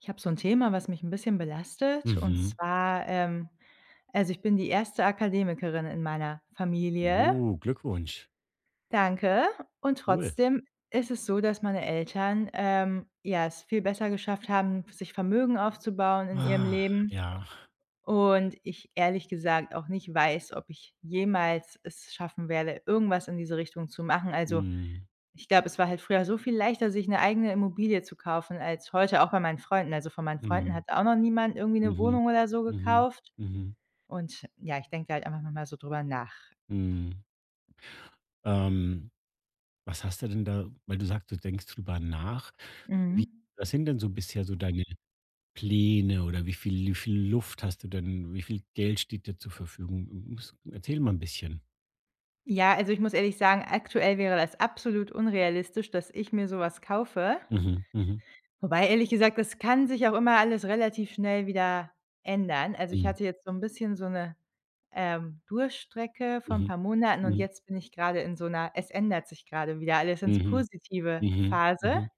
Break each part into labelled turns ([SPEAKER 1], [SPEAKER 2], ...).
[SPEAKER 1] Ich habe so ein Thema, was mich ein bisschen belastet, und
[SPEAKER 2] Mhm.
[SPEAKER 1] zwar, also, ich bin die erste Akademikerin in meiner Familie.
[SPEAKER 2] Oh, Glückwunsch.
[SPEAKER 1] Danke. Und
[SPEAKER 2] Cool.
[SPEAKER 1] trotzdem ist es so, dass meine Eltern, ja, es viel besser geschafft haben, sich Vermögen aufzubauen in ihrem
[SPEAKER 2] Ah,
[SPEAKER 1] Leben,
[SPEAKER 2] ja.
[SPEAKER 1] und ich ehrlich gesagt auch nicht weiß, ob ich jemals es schaffen werde, irgendwas in diese Richtung zu machen. Also,
[SPEAKER 2] Mhm.
[SPEAKER 1] ich glaube, es war halt früher so viel leichter, sich 'ne eigene Immobilie zu kaufen als heute, auch bei meinen Freunden. Also, von meinen Freunden
[SPEAKER 2] Mhm.
[SPEAKER 1] hat auch noch niemand irgendwie 'ne
[SPEAKER 2] Mhm.
[SPEAKER 1] Wohnung oder so
[SPEAKER 2] Mhm.
[SPEAKER 1] gekauft.
[SPEAKER 2] Mhm.
[SPEAKER 1] Und ja, ich denke da halt einfach noch mal so drüber nach.
[SPEAKER 2] Mhm. Ähm, was hast du denn da weil du sagst, du denkst drüber nach. Wie
[SPEAKER 1] Mhm.
[SPEAKER 2] was sind denn so bisher so deine Pläne oder wie viel Luft hast du denn? Wie viel Geld steht dir zur Verfügung? S erzähl mal ein bisschen.
[SPEAKER 1] Ja, also, ich muss ehrlich sagen, aktuell wäre das absolut unrealistisch, dass ich mir so was kaufe.
[SPEAKER 2] Mhm. Mhm.
[SPEAKER 1] Wobei, ehrlich gesagt, das kann sich auch immer alles relativ schnell wieder ändern. Also, ich
[SPEAKER 2] Mhm.
[SPEAKER 1] hatte jetzt so 'n bisschen so 'ne, Durststrecke von
[SPEAKER 2] Mhm.
[SPEAKER 1] paar Monaten, und
[SPEAKER 2] Mhm.
[SPEAKER 1] jetzt bin ich grade in so 'ner „es ändert sich grade wieder alles ins
[SPEAKER 2] Mhm.
[SPEAKER 1] Positive“
[SPEAKER 2] Mhm.
[SPEAKER 1] Phase.
[SPEAKER 2] Mhm.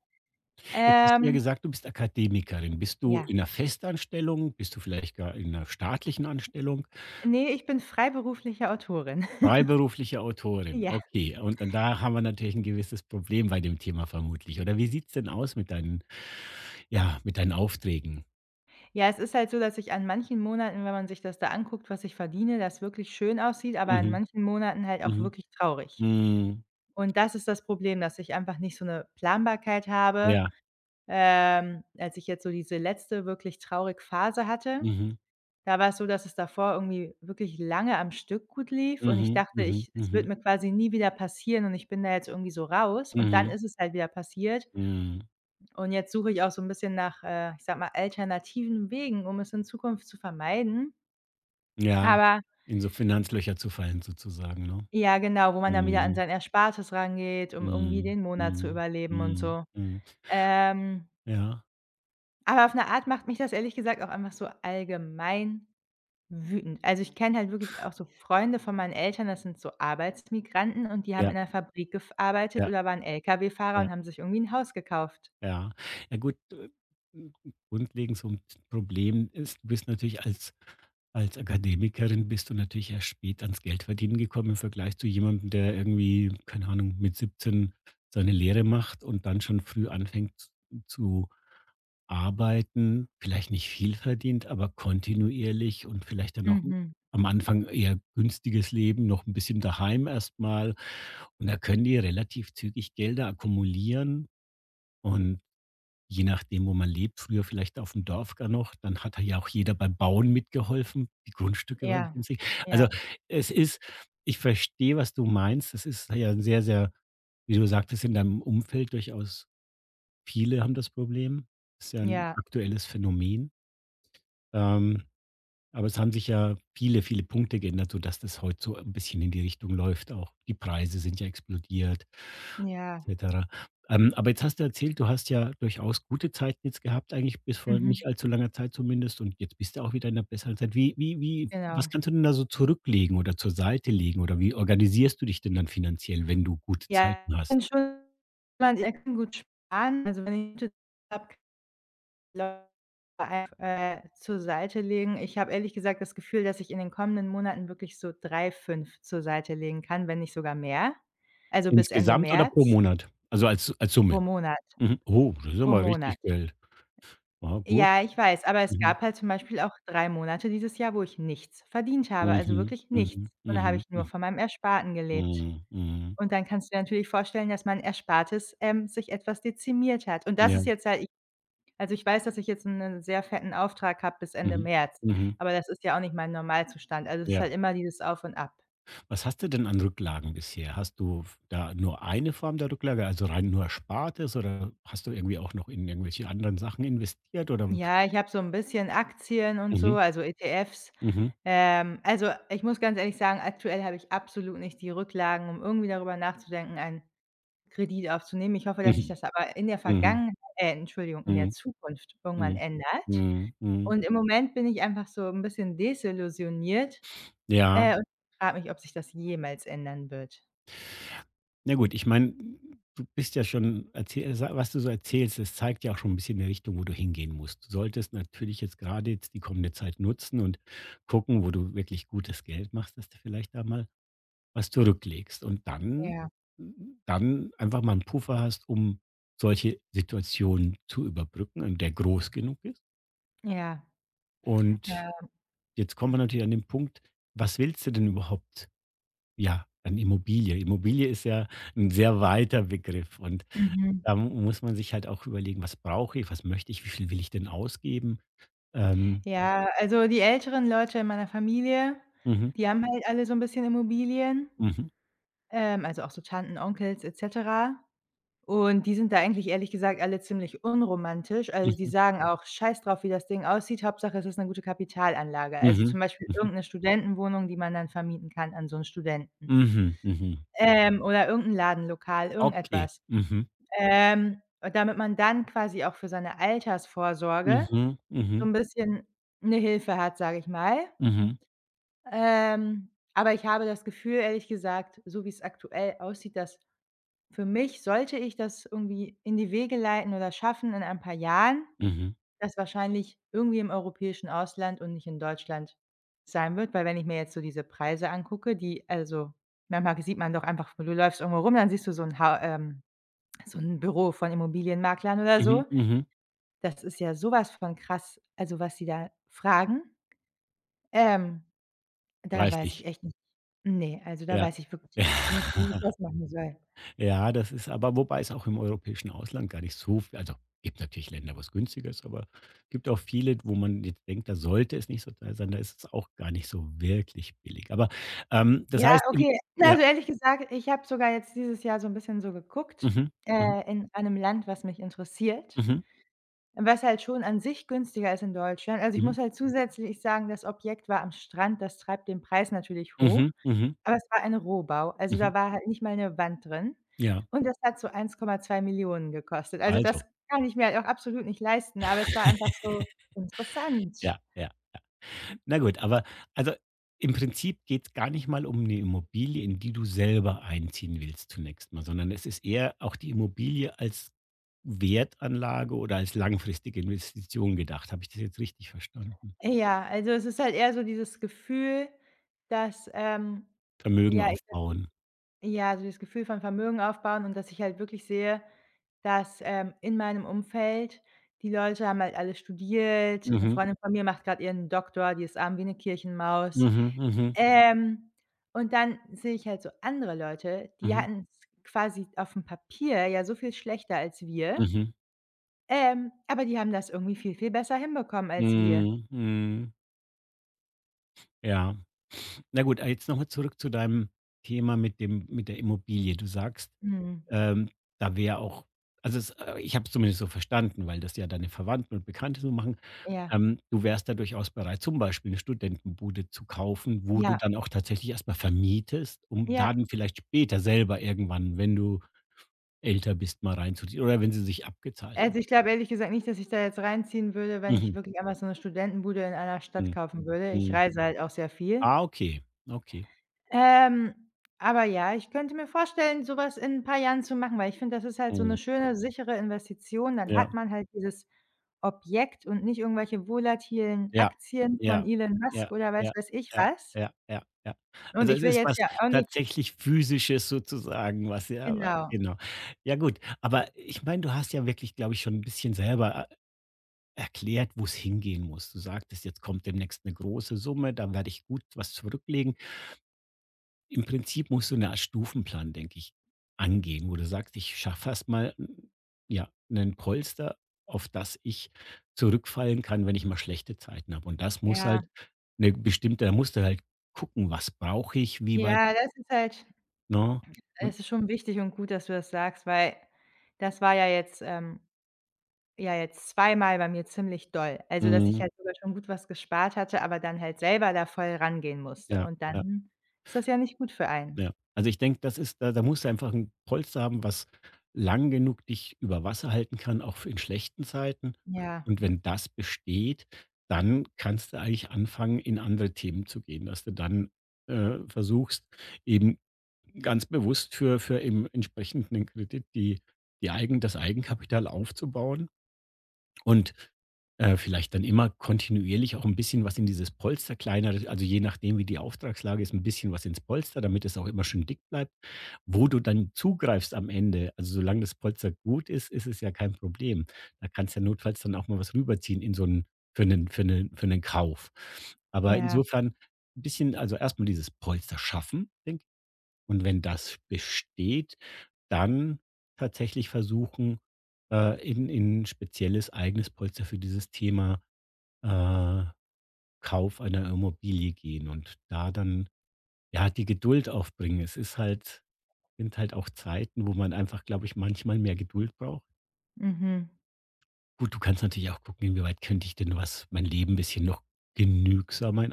[SPEAKER 2] Jetzt hast du ja
[SPEAKER 1] Ähm,
[SPEAKER 2] gesagt, du bist Akademikerin. Bist du
[SPEAKER 1] ja.
[SPEAKER 2] in einer Festanstellung? Bist du vielleicht gar in einer staatlichen Anstellung?
[SPEAKER 1] Ne, ich bin freiberufliche Autorin.
[SPEAKER 2] Freiberufliche Autorin,
[SPEAKER 1] Ja.
[SPEAKER 2] okay. Und dann da haben wir natürlich ein gewisses Problem bei dem Thema vermutlich. Oder wie sieht's denn aus mit deinen ja, mit deinen Aufträgen?
[SPEAKER 1] Ja, es ist halt so, dass ich an manchen Monaten, wenn man sich das da anguckt, was ich verdiene, das wirklich schön aussieht, aber an
[SPEAKER 2] Mhm,
[SPEAKER 1] manchen Monaten halt auch
[SPEAKER 2] mhm,
[SPEAKER 1] wirklich traurig.
[SPEAKER 2] mhm,
[SPEAKER 1] Und das ist das Problem, dass ich einfach nicht so 'ne Planbarkeit habe.
[SPEAKER 2] ja,
[SPEAKER 1] Als ich jetzt so diese letzte wirklich traurig Phase hatte,
[SPEAKER 2] mhm,
[SPEAKER 1] da war es so, dass es davor irgendwie wirklich lange am Stück gut lief und ich
[SPEAKER 2] mhm,
[SPEAKER 1] dachte,
[SPEAKER 2] mhm,
[SPEAKER 1] ich es
[SPEAKER 2] mhm,
[SPEAKER 1] wird mir quasi nie wieder passieren und ich bin da jetzt irgendwie so raus, und dann
[SPEAKER 2] mhm,
[SPEAKER 1] ist es halt wieder passiert,
[SPEAKER 2] mhm.
[SPEAKER 1] und jetzt suche ich auch so 'n bisschen nach, ich sage mal, alternativen Wegen, um es in Zukunft zu vermeiden.
[SPEAKER 2] Ja,
[SPEAKER 1] Aber
[SPEAKER 2] in so Finanzlöcher zu fallen sozusagen, ne?
[SPEAKER 1] ja, genau, wo man dann wieder an
[SPEAKER 2] Mhm,
[SPEAKER 1] sein Erspartes rangeht, um irgendwie
[SPEAKER 2] mhm,
[SPEAKER 1] den Monat zu
[SPEAKER 2] mhm,
[SPEAKER 1] überleben und
[SPEAKER 2] mhm,
[SPEAKER 1] so.
[SPEAKER 2] mhm.
[SPEAKER 1] Ähm,
[SPEAKER 2] Ja,
[SPEAKER 1] aber auf 'ne Art macht mich das ehrlich gesagt auch einfach so allgemein wütend. Also, ich kenne halt wirklich auch so Freunde von meinen Eltern, das sind so Arbeitsmigranten, und die haben in
[SPEAKER 2] ja,
[SPEAKER 1] der Fabrik gearbeitet
[SPEAKER 2] ja,
[SPEAKER 1] oder waren Lkw-Fahrer
[SPEAKER 2] ja.
[SPEAKER 1] und haben sich irgendwie 'n Haus gekauft.
[SPEAKER 2] Ja. Ja gut, hm, hm, grundlegend so 'n Problem ist, du bist natürlich als als Akademikerin bist du natürlich erst spät ans Geldverdienen gekommen im Vergleich zu jemandem, der irgendwie, keine Ahnung, mit 17 seine Lehre macht und dann schon früh anfängt z zu arbeiten. Vielleicht nicht viel verdient, aber kontinuierlich und vielleicht dann noch
[SPEAKER 1] Mhm.
[SPEAKER 2] am Anfang eher günstiges Leben, noch ein bisschen daheim erstmal. Und da können die relativ zügig Gelder akkumulieren und je nachdem, wo man lebt, früher vielleicht auf dem Dorf gar noch, dann hat ja auch jeder beim Bauen mitgeholfen. Die Grundstücke waren
[SPEAKER 1] Ja,
[SPEAKER 2] günstig.
[SPEAKER 1] ja,
[SPEAKER 2] Also, es ist ich verstehe, was du meinst. Das ist ja 'n sehr, sehr wie du sagtest, in deinem Umfeld durchaus viele haben das Problem. Ist ja ein
[SPEAKER 1] ja,
[SPEAKER 2] aktuelles Phänomen. Ähm aber es haben sich ja viele, viele Punkte geändert, sodass das heute so ein bisschen in die Richtung läuft auch. Die Preise sind ja explodiert
[SPEAKER 1] ja.
[SPEAKER 2] et cetera. Aber jetzt hast du erzählt, du hast ja durchaus gute Zeiten jetzt gehabt eigentlich bis vor nicht
[SPEAKER 1] Mhm.
[SPEAKER 2] allzu langer Zeit zumindest und jetzt bist du auch wieder in einer besseren Zeit. Wie was
[SPEAKER 1] Genau.
[SPEAKER 2] kannst du denn da so zurücklegen oder zur Seite legen oder wie organisierst du dich denn dann finanziell, wenn du gute
[SPEAKER 1] Ja,
[SPEAKER 2] Zeiten hast?
[SPEAKER 1] bin schon jemand, der kann gut sparen. Also, wenn ich 'ne habe, zur Seite legen. Ich habe ehrlich gesagt das Gefühl, dass ich in den kommenden Monaten wirklich so drei, fünf zur Seite legen kann, wenn nicht sogar mehr. Also, bis Ende
[SPEAKER 2] Insgesamt oder pro
[SPEAKER 1] März
[SPEAKER 2] Monat? Also als als
[SPEAKER 1] pro
[SPEAKER 2] Summe?
[SPEAKER 1] Monat.
[SPEAKER 2] Mhm. Oh, das ist ja
[SPEAKER 1] Pro
[SPEAKER 2] mal
[SPEAKER 1] Monat.
[SPEAKER 2] richtig Geld. Ah, gut.
[SPEAKER 1] Ja, ich weiß, aber es
[SPEAKER 2] Mhm.
[SPEAKER 1] gab halt zum Beispiel auch 3 Monate dieses Jahr, wo ich nichts verdient habe, also
[SPEAKER 2] Mhm,
[SPEAKER 1] wirklich
[SPEAKER 2] mhm,
[SPEAKER 1] nichts. Und da habe
[SPEAKER 2] mhm,
[SPEAKER 1] ich nur
[SPEAKER 2] mhm,
[SPEAKER 1] von meinem Ersparten gelebt.
[SPEAKER 2] mhm, mhm.
[SPEAKER 1] Und dann kannst du dir natürlich vorstellen, dass mein Erspartes, sich etwas dezimiert hat. Und das
[SPEAKER 2] Ja,
[SPEAKER 1] ist jetzt halt ich also, ich weiß, dass ich jetzt einen sehr fetten Auftrag habe bis Ende
[SPEAKER 2] mhm,
[SPEAKER 1] März,
[SPEAKER 2] mhm,
[SPEAKER 1] aber das ist ja auch nicht mein Normalzustand. Also, es ist
[SPEAKER 2] ja.
[SPEAKER 1] halt immer dieses Auf und Ab.
[SPEAKER 2] Was hast du denn an Rücklagen bisher? Hast du f da nur eine Form der Rücklage, also rein nur Erspartes oder hast du irgendwie auch noch in irgendwelche anderen Sachen investiert oder
[SPEAKER 1] Ja, ich habe so 'n bisschen Aktien und so,
[SPEAKER 2] mhm,
[SPEAKER 1] also ETFs.
[SPEAKER 2] mhm,
[SPEAKER 1] Also, ich muss ganz ehrlich sagen, aktuell habe ich absolut nicht die Rücklagen, um irgendwie darüber nachzudenken, einen Kredit aufzunehmen. Ich hoffe, dass sich
[SPEAKER 2] mhm,
[SPEAKER 1] das aber in der
[SPEAKER 2] mhm,
[SPEAKER 1] Vergangenheit, Entschuldigung, in der
[SPEAKER 2] mhm,
[SPEAKER 1] Zukunft irgendwann
[SPEAKER 2] mhm,
[SPEAKER 1] ändert.
[SPEAKER 2] mhm, mhm.
[SPEAKER 1] Und im Moment bin ich einfach so 'n bisschen desillusioniert,
[SPEAKER 2] Ja.
[SPEAKER 1] und frage mich, ob sich das jemals ändern wird.
[SPEAKER 2] Na gut, ich meine, du bist ja schon erzähl sa was du so erzählst, das zeigt ja auch schon ein bisschen die Richtung, wo du hingehen musst. Du solltest natürlich jetzt gerade jetzt die kommende Zeit nutzen und gucken, wo du wirklich gutes Geld machst, dass du vielleicht da mal was zurücklegst und dann
[SPEAKER 1] Ja,
[SPEAKER 2] dann einfach mal 'n Puffer hast, um solche Situationen zu überbrücken und der groß genug ist.
[SPEAKER 1] ja,
[SPEAKER 2] Und
[SPEAKER 1] ja.
[SPEAKER 2] jetzt kommen wir natürlich an den Punkt, was willst du denn überhaupt, ja, an Immobilie? Immobilie ist ja ein sehr weiter Begriff und
[SPEAKER 1] Mhm.
[SPEAKER 2] da mu muss man sich halt auch überlegen: „Was brauche ich? Was möchte ich? Wie viel will ich denn ausgeben?“ Ähm,
[SPEAKER 1] Ja, also die älteren Leute in meiner Familie,
[SPEAKER 2] mhm,
[SPEAKER 1] die haben halt alle so 'n bisschen Immobilien.
[SPEAKER 2] mhm,
[SPEAKER 1] Also auch so Tanten, Onkels et cetera. Und die sind da eigentlich ehrlich gesagt alle ziemlich unromantisch. Also, die
[SPEAKER 2] mhm,
[SPEAKER 1] sagen auch: „Scheiß drauf, wie das Ding aussieht, Hauptsache es ist 'ne gute Kapitalanlage.“ Also,
[SPEAKER 2] mhm,
[SPEAKER 1] zum Beispiel irgend 'ne Studentenwohnung, die man dann vermieten kann an so 'n Studenten,
[SPEAKER 2] mhm, mhm, mhm.
[SPEAKER 1] oder irgend 'n Ladenlokal,
[SPEAKER 2] Okay.
[SPEAKER 1] irgendetwas.
[SPEAKER 2] Mhm,
[SPEAKER 1] Und damit man dann quasi auch für seine Altersvorsorge
[SPEAKER 2] mhm,
[SPEAKER 1] so
[SPEAKER 2] mhm,
[SPEAKER 1] 'n bisschen 'ne Hilfe hat, sage ich mal.
[SPEAKER 2] mhm,
[SPEAKER 1] Aber ich habe das Gefühl, ehrlich gesagt, so wie's aktuell aussieht, dass für mich sollte ich das irgendwie in die Wege leiten oder schaffen in ein paar Jahren,
[SPEAKER 2] mhm,
[SPEAKER 1] das wahrscheinlich irgendwie im europäischen Ausland und nicht in Deutschland sein wird, weil wenn ich mir jetzt so diese Preise angucke, die also, manchmal sieht man doch einfach, du läufst irgendwo rum, dann siehst du so 'n Büro von Immobilienmaklern oder
[SPEAKER 2] mhm,
[SPEAKER 1] so.
[SPEAKER 2] mhm.
[SPEAKER 1] Das ist ja so was von krass, also, was die da fragen. Ähm, da weiß ich
[SPEAKER 2] Reichlich,
[SPEAKER 1] echt nicht, ne, also, da
[SPEAKER 2] ja.
[SPEAKER 1] weiß ich wirklich nicht, wie ich das machen soll.
[SPEAKER 2] Ja, das ist aber wobei es auch im europäischen Ausland gar nicht so v also, gibt natürlich Länder, wo es günstiger ist, aber gibt auch viele, wo man jetzt denkt, da sollte es nicht so teuer sein, da ist es auch gar nicht so wirklich billig. Aber, das
[SPEAKER 1] Ja,
[SPEAKER 2] heißt im
[SPEAKER 1] okay.
[SPEAKER 2] ja,
[SPEAKER 1] Also, ehrlich gesagt, ich habe sogar jetzt dieses Jahr so 'n bisschen so geguckt,
[SPEAKER 2] mhm. Mhm.
[SPEAKER 1] in einem Land, was mich interessiert,
[SPEAKER 2] Mhm.
[SPEAKER 1] was halt schon an sich günstiger ist in Deutschland. Also, ich
[SPEAKER 2] Mhm.
[SPEAKER 1] muss halt zusätzlich sagen, das Objekt war am Strand, das treibt den Preis natürlich hoch,
[SPEAKER 2] Mhm. Mhm.
[SPEAKER 1] aber es war ein Rohbau. Also,
[SPEAKER 2] Mhm.
[SPEAKER 1] da war halt nicht mal 'ne Wand drin,
[SPEAKER 2] Ja,
[SPEAKER 1] und das hat so 1,2 Millionen gekostet. Also,
[SPEAKER 2] also,
[SPEAKER 1] das kann ich mir halt auch absolut nicht leisten, aber es war einfach so interessant.
[SPEAKER 2] ja, ja. Na gut, aber also, im Prinzip geht's gar nicht mal um eine Immobilie, in die du selber einziehen willst zunächst mal, sondern es ist eher auch die Immobilie als Wertanlage oder als langfristige Investition gedacht. Habe ich das jetzt richtig verstanden?
[SPEAKER 1] Ja, also, es ist halt eher so dieses Gefühl, dass,
[SPEAKER 2] Vermögen
[SPEAKER 1] ja,
[SPEAKER 2] aufbauen.
[SPEAKER 1] ja, also das Gefühl von Vermögen aufbauen und dass ich halt wirklich sehe, dass, in meinem Umfeld die Leute haben halt alle studiert. Eine
[SPEAKER 2] Mhm.
[SPEAKER 1] Freundin von mir macht gerade ihren Doktor, die ist arm wie eine Kirchenmaus.
[SPEAKER 2] Mhm. Mhm.
[SPEAKER 1] Mhm. Ähm, und dann sehe ich halt so andere Leute, die
[SPEAKER 2] Mhm.
[SPEAKER 1] hatten's quasi auf dem Papier ja so viel schlechter als wir,
[SPEAKER 2] Mhm.
[SPEAKER 1] aber die haben das irgendwie viel, viel besser hinbekommen als wir.
[SPEAKER 2] Mhm. Mhm. Ja. Na gut, jetzt nochmal zurück zu deinem Thema mit dem mit der Immobilie. Du sagst,
[SPEAKER 1] Mhm.
[SPEAKER 2] ähm, da wäre auch also es ich habe es zumindest so verstanden, weil das ja deine Verwandten und Bekannte so machen.
[SPEAKER 1] Ja,
[SPEAKER 2] Du wärst da durchaus bereit, zum Beispiel eine Studentenbude zu kaufen, wo du
[SPEAKER 1] ja,
[SPEAKER 2] dann auch tatsächlich erstmal vermietest, um
[SPEAKER 1] ja.
[SPEAKER 2] dann vielleicht später selber irgendwann, wenn du älter bist, mal reinzuziehen oder wenn sie sich abgezahlt hat.
[SPEAKER 1] Also, ich glaube ehrlich gesagt nicht, dass ich da jetzt reinziehen würde, wenn ich
[SPEAKER 2] Mhm.
[SPEAKER 1] wirklich einfach so 'ne Studentenbude in einer Stadt
[SPEAKER 2] Mhm.
[SPEAKER 1] kaufen würde. Ich
[SPEAKER 2] Mhm.
[SPEAKER 1] reise halt auch sehr viel.
[SPEAKER 2] Ah, okay. Okay.
[SPEAKER 1] Ähm, aber ja, ich könnte mir vorstellen, so was in 'n paar Jahren zu machen, weil ich finde, das ist halt so 'ne
[SPEAKER 2] Mhm.
[SPEAKER 1] schöne, sichere Investition. Dann
[SPEAKER 2] Ja.
[SPEAKER 1] hat man halt dieses Objekt und nicht irgendwelche volatilen
[SPEAKER 2] Ja,
[SPEAKER 1] Aktien von
[SPEAKER 2] ja,
[SPEAKER 1] Elon Musk
[SPEAKER 2] ja,
[SPEAKER 1] oder weiß
[SPEAKER 2] ja,
[SPEAKER 1] weiß ich
[SPEAKER 2] ja,
[SPEAKER 1] was.
[SPEAKER 2] ja, ja, ja.
[SPEAKER 1] Und
[SPEAKER 2] Also,
[SPEAKER 1] ich
[SPEAKER 2] es
[SPEAKER 1] will
[SPEAKER 2] ist was
[SPEAKER 1] jetzt ja auch nicht.
[SPEAKER 2] tatsächlich Physisches sozusagen, was ja, aber
[SPEAKER 1] Genau.
[SPEAKER 2] genau. Ja gut, aber ich meine, du hast ja wirklich, glaube ich, schon ein bisschen selber e erklärt, wo es hingehen muss. Du sagtest: „Jetzt kommt demnächst eine große Summe, da werde ich gut was zurücklegen im Prinzip musst du eine Art Stufenplan, denke ich, angehen, wo du sagst: „Ich schaffe erst mal ja, 'nen Polster, auf das ich zurückfallen kann, wenn ich mal schlechte Zeiten habe.“ Und das muss
[SPEAKER 1] Ja.
[SPEAKER 2] halt eine bestimmte da musst du halt gucken: „Was brauche ich? Wie weit“
[SPEAKER 1] Ja, das ist halt
[SPEAKER 2] ne?
[SPEAKER 1] es
[SPEAKER 2] Und
[SPEAKER 1] ist schon wichtig und gut, dass du das sagst, weil das war ja jetzt, ja, jetzt zweimal bei mir ziemlich doll. Also, dass ich
[SPEAKER 2] mhm,
[SPEAKER 1] halt sogar schon gut was gespart hatte, aber dann halt selber da voll rangehen musste.
[SPEAKER 2] ja,
[SPEAKER 1] Und
[SPEAKER 2] ja.
[SPEAKER 1] dann ist das ja nicht gut für einen.
[SPEAKER 2] Ja. Also, ich denke, das ist da da musst du einfach ein Polster haben, was lang genug dich über Wasser halten kann, auch für in schlechten Zeiten.
[SPEAKER 1] Ja,
[SPEAKER 2] Und wenn das besteht, dann kannst du eigentlich anfangen, in andere Themen zu gehen, dass du dann, versuchst, eben ganz bewusst für eben entsprechend 'nen Kredit die die Eigen das Eigenkapital aufzubauen. Und, vielleicht dann immer kontinuierlich auch ein bisschen was in dieses Polster kleiner, also, je nachdem, wie die Auftragslage ist, ein bisschen was ins Polster, damit es auch immer schön dick bleibt, wo du dann zugreifst am Ende. Also, solange das Polster gut ist, ist es ja kein Problem. Da kannst du ja notfalls dann auch mal was rüberziehen in so einen für einen Kauf. Aber
[SPEAKER 1] ja,
[SPEAKER 2] insofern ein bisschen also, erstmal dieses Polster schaffen, denke und wenn das besteht, dann tatsächlich versuchen, in ein spezielles eigenes Polster für dieses Thema, äh, Kauf einer Immobilie gehen und da dann, ja, die Geduld aufbringen. Es ist halt sind halt auch Zeiten, wo man einfach, glaube ich, manchmal mehr Geduld braucht.
[SPEAKER 1] mhm.
[SPEAKER 2] Gut, du kannst natürlich auch gucken, inwieweit könnte ich denn was mein Leben ein bisschen noch genügsamer in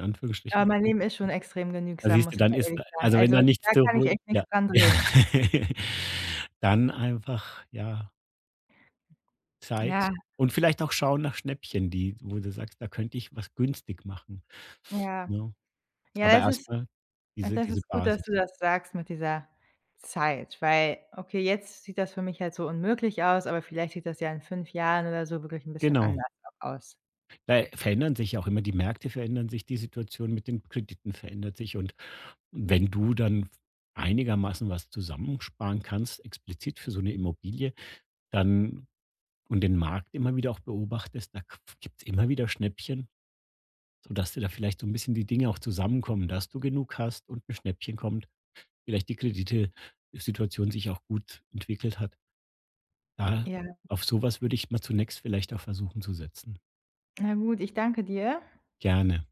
[SPEAKER 1] Aber
[SPEAKER 2] Anführungsstrichen
[SPEAKER 1] mein Leben ist schon extrem
[SPEAKER 2] Ja,
[SPEAKER 1] genügsam,
[SPEAKER 2] siehst du,
[SPEAKER 1] muss ich
[SPEAKER 2] dann
[SPEAKER 1] halt
[SPEAKER 2] ist
[SPEAKER 1] ehrlich sagen.
[SPEAKER 2] also, wenn
[SPEAKER 1] Also,
[SPEAKER 2] da nichts
[SPEAKER 1] da
[SPEAKER 2] zu
[SPEAKER 1] kann ich
[SPEAKER 2] holen
[SPEAKER 1] echt
[SPEAKER 2] ja.
[SPEAKER 1] nichts dran
[SPEAKER 2] Ja.
[SPEAKER 1] drehen.
[SPEAKER 2] Dann einfach, ja, Zeit
[SPEAKER 1] Ja,
[SPEAKER 2] und vielleicht auch schauen nach Schnäppchen, die wo du sagst: „Da könnte ich was günstig machen“,
[SPEAKER 1] ja.
[SPEAKER 2] ne?
[SPEAKER 1] Ja,
[SPEAKER 2] Aber
[SPEAKER 1] das
[SPEAKER 2] erst
[SPEAKER 1] ist
[SPEAKER 2] mal diese
[SPEAKER 1] das
[SPEAKER 2] diese
[SPEAKER 1] ist gut, dass
[SPEAKER 2] Basis.
[SPEAKER 1] du das sagst mit dieser Zeit, weil, okay, jetzt sieht das für mich halt so unmöglich aus, aber vielleicht sieht das ja in 5 Jahren oder so wirklich 'n bisschen
[SPEAKER 2] Genau.
[SPEAKER 1] anders auch aus.
[SPEAKER 2] Da verändern sich ja auch immer die Märkte verändern sich, die Situation mit den Krediten verändert sich und wenn du dann einigermaßen was zusammensparen kannst, explizit für so 'ne Immobilie, dann und den Markt immer wieder auch beobachtest, da k- gibt's immer wieder Schnäppchen, sodass dir da vielleicht so ein bisschen die Dinge auch zusammenkommen, dass du genug hast und ein Schnäppchen kommt, vielleicht die Kreditesituation sich auch gut entwickelt hat. Da
[SPEAKER 1] Ja,
[SPEAKER 2] auf sowas würde ich mal zunächst vielleicht auch versuchen zu setzen.
[SPEAKER 1] na gut, ich danke dir.
[SPEAKER 2] Gerne.